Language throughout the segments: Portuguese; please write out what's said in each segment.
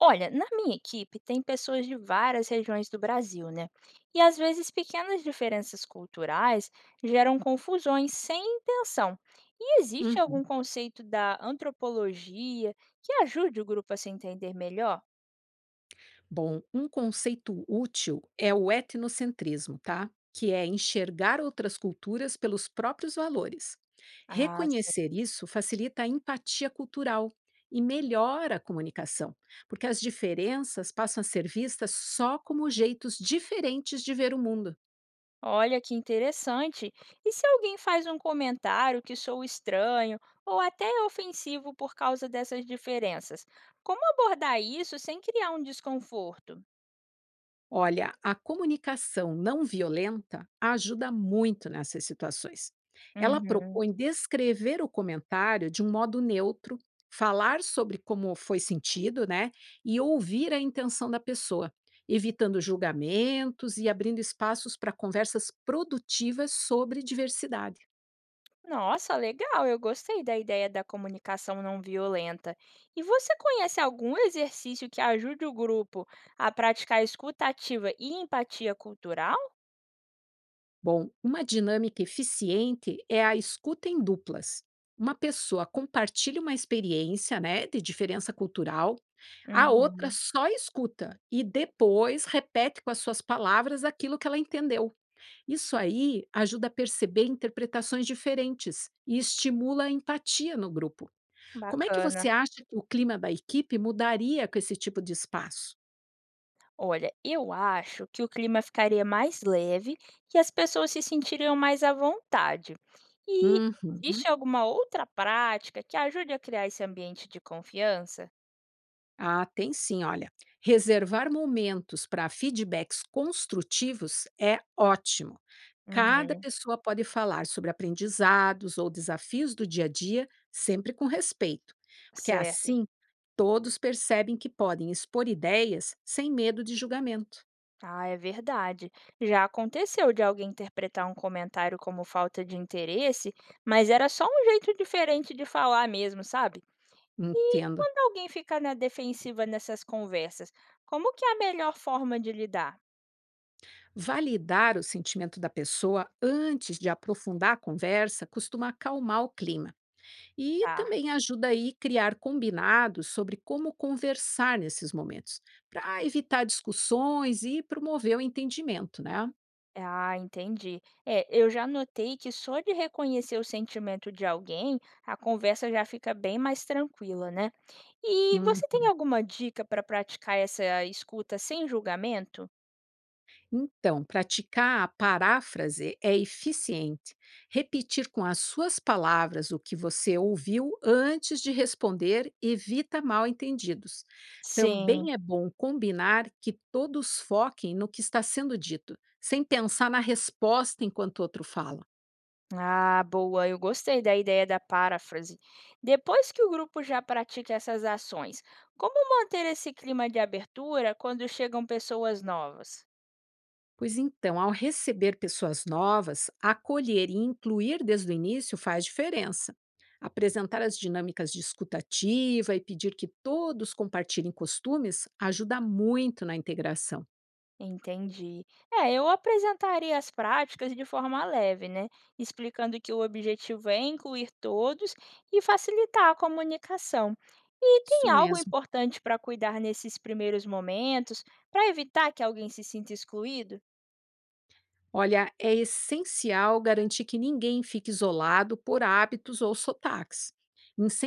Olha, na minha equipe tem pessoas de várias regiões do Brasil, né? E às vezes pequenas diferenças culturais geram confusões sem intenção. E existe Uhum. algum conceito da antropologia que ajude o grupo a se entender melhor? Bom, um conceito útil é o etnocentrismo, tá? Que é enxergar outras culturas pelos próprios valores. Ah, sim. Reconhecer isso facilita a empatia cultural e melhora a comunicação, porque as diferenças passam a ser vistas só como jeitos diferentes de ver o mundo. Olha que interessante. E se alguém faz um comentário que sou estranho ou até é ofensivo por causa dessas diferenças? Como abordar isso sem criar um desconforto? Olha, a comunicação não violenta ajuda muito nessas situações. Ela Uhum. propõe descrever o comentário de um modo neutro, falar sobre como foi sentido, né? E ouvir a intenção da pessoa, evitando julgamentos e abrindo espaços para conversas produtivas sobre diversidade. Nossa, legal! Eu gostei da ideia da comunicação não violenta. E você conhece algum exercício que ajude o grupo a praticar escuta ativa e empatia cultural? Bom, uma dinâmica eficiente é a escuta em duplas. Uma pessoa compartilha uma experiência, né, de diferença cultural. A outra Uhum, só escuta e depois repete com as suas palavras aquilo que ela entendeu. Isso aí ajuda a perceber interpretações diferentes e estimula a empatia no grupo. Como é que você bacana. acha que o clima da equipe mudaria com esse tipo de espaço? Olha, eu acho que o clima ficaria mais leve e as pessoas se sentiriam mais à vontade. E Uhum. existe alguma outra prática que ajude a criar esse ambiente de confiança? Ah, tem sim, olha. Reservar momentos para feedbacks construtivos é ótimo. Cada Uhum, pessoa pode falar sobre aprendizados ou desafios do dia a dia, sempre com respeito, porque é certo. assim todos percebem que podem expor ideias sem medo de julgamento. Ah, é verdade. Já aconteceu de alguém interpretar um comentário como falta de interesse, mas era só um jeito diferente de falar mesmo, sabe? E Entendo. quando alguém fica na defensiva nessas conversas, como que é a melhor forma de lidar? Validar o sentimento da pessoa antes de aprofundar a conversa costuma acalmar o clima. E Tá. também ajuda aí a criar combinados sobre como conversar nesses momentos, para evitar discussões e promover o entendimento, né? Ah, entendi. É, eu já notei que só de reconhecer o sentimento de alguém, a conversa já fica bem mais tranquila, né? E Hum. você tem alguma dica para praticar essa escuta sem julgamento? Então, praticar a paráfrase é eficiente. Repetir com as suas palavras o que você ouviu antes de responder evita mal-entendidos. Sim. Também é bom combinar que todos foquem no que está sendo dito, sem pensar na resposta enquanto outro fala. Ah, boa, eu gostei da ideia da paráfrase. Depois que o grupo já pratica essas ações, como manter esse clima de abertura quando chegam pessoas novas? Pois então, ao receber pessoas novas, acolher e incluir desde o início faz diferença. Apresentar as dinâmicas de escutativa e pedir que todos compartilhem costumes ajuda muito na integração. Entendi. É, eu apresentaria as práticas de forma leve, né? Explicando que o objetivo é incluir todos e facilitar a comunicação. E Isso tem algo mesmo. importante para cuidar nesses primeiros momentos, para evitar que alguém se sinta excluído? Olha, é essencial garantir que ninguém fique isolado por hábitos ou sotaques.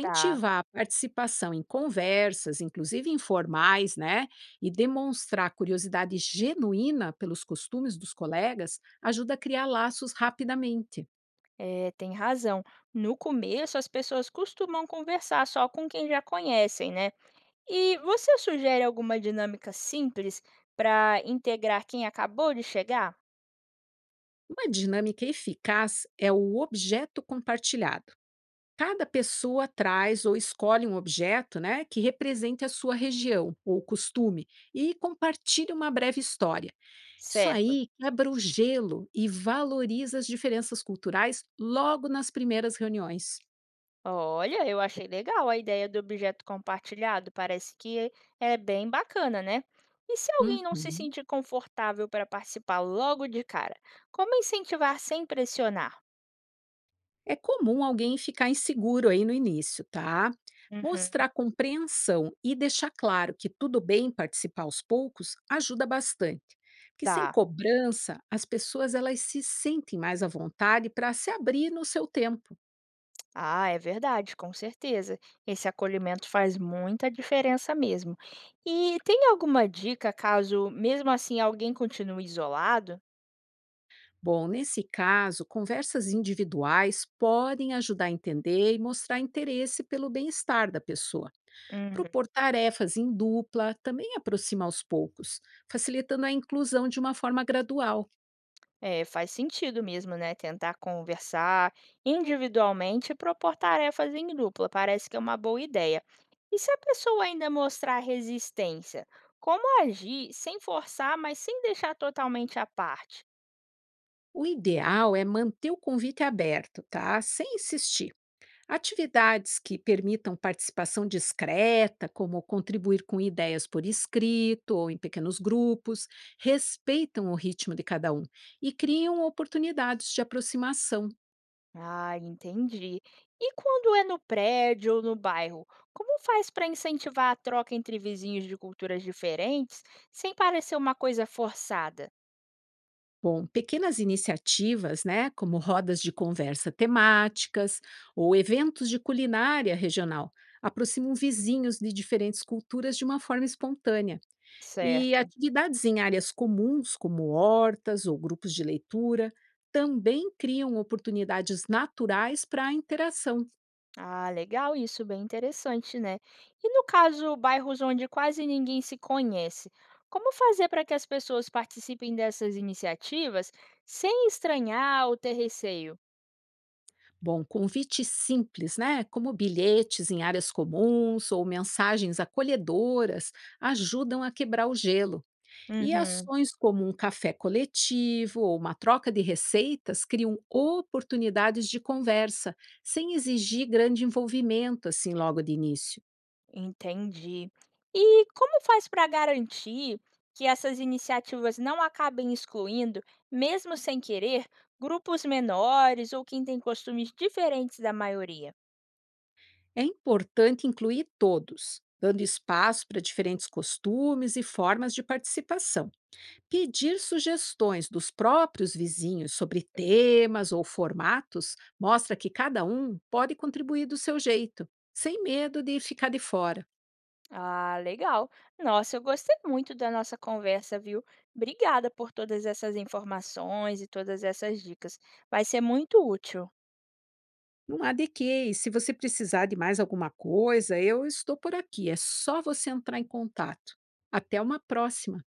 Tá. a participação em conversas, inclusive informais, né? E demonstrar curiosidade genuína pelos costumes dos colegas ajuda a criar laços rapidamente. É, tem razão. No começo, as pessoas costumam conversar só com quem já conhecem, né? E você sugere alguma dinâmica simples para integrar quem acabou de chegar? Uma dinâmica eficaz é o objeto compartilhado. Cada pessoa traz ou escolhe um objeto, né, que represente a sua região ou costume e compartilha uma breve história. Isso Certo. aí quebra o gelo e valoriza as diferenças culturais logo nas primeiras reuniões. Olha, eu achei legal a ideia do objeto compartilhado. Parece que é bem bacana, né? E se alguém não se Uhum. sentir confortável para participar logo de cara, como incentivar sem pressionar? É comum alguém ficar inseguro aí no início, tá? Uhum, Mostrar compreensão e deixar claro que tudo bem participar aos poucos ajuda bastante. Porque sem tá. cobrança, as pessoas elas se sentem mais à vontade para se abrir no seu tempo. Ah, é verdade, com certeza. Esse acolhimento faz muita diferença mesmo. E tem alguma dica caso, mesmo assim, alguém continue isolado? Bom, nesse caso, conversas individuais podem ajudar a entender e mostrar interesse pelo bem-estar da pessoa. Uhum. Propor tarefas em dupla também aproxima aos poucos, facilitando a inclusão de uma forma gradual. É, faz sentido mesmo, né? Tentar conversar individualmente e propor tarefas em dupla. Parece que é uma boa ideia. E se a pessoa ainda mostrar resistência? Como agir sem forçar, mas sem deixar totalmente à parte? O ideal é manter o convite aberto, tá? Sem insistir. Atividades que permitam participação discreta, como contribuir com ideias por escrito ou em pequenos grupos, respeitam o ritmo de cada um e criam oportunidades de aproximação. Ah, entendi. E quando é no prédio ou no bairro, como faz para incentivar a troca entre vizinhos de culturas diferentes sem parecer uma coisa forçada? Bom, pequenas iniciativas, né, como rodas de conversa temáticas ou eventos de culinária regional, aproximam vizinhos de diferentes culturas de uma forma espontânea. E Certo. atividades em áreas comuns, como hortas ou grupos de leitura, também criam oportunidades naturais para a interação. Ah, legal isso, bem interessante, né? E no caso, bairros onde quase ninguém se conhece, como fazer para que as pessoas participem dessas iniciativas sem estranhar ou ter receio? Bom, convites simples, né, como bilhetes em áreas comuns ou mensagens acolhedoras, ajudam a quebrar o gelo. E Uhum. ações como um café coletivo ou uma troca de receitas criam oportunidades de conversa, sem exigir grande envolvimento assim logo de início. Entendi. E como faz para garantir que essas iniciativas não acabem excluindo, mesmo sem querer, grupos menores ou quem tem costumes diferentes da maioria? É importante incluir todos, dando espaço para diferentes costumes e formas de participação. Pedir sugestões dos próprios vizinhos sobre temas ou formatos mostra que cada um pode contribuir do seu jeito, sem medo de ficar de fora. Ah, legal. Nossa, eu gostei muito da nossa conversa, viu? Obrigada por todas essas informações e todas essas dicas. Vai ser muito útil. Não há de quê, e se você precisar de mais alguma coisa, eu estou por aqui, é só você entrar em contato. Até uma próxima!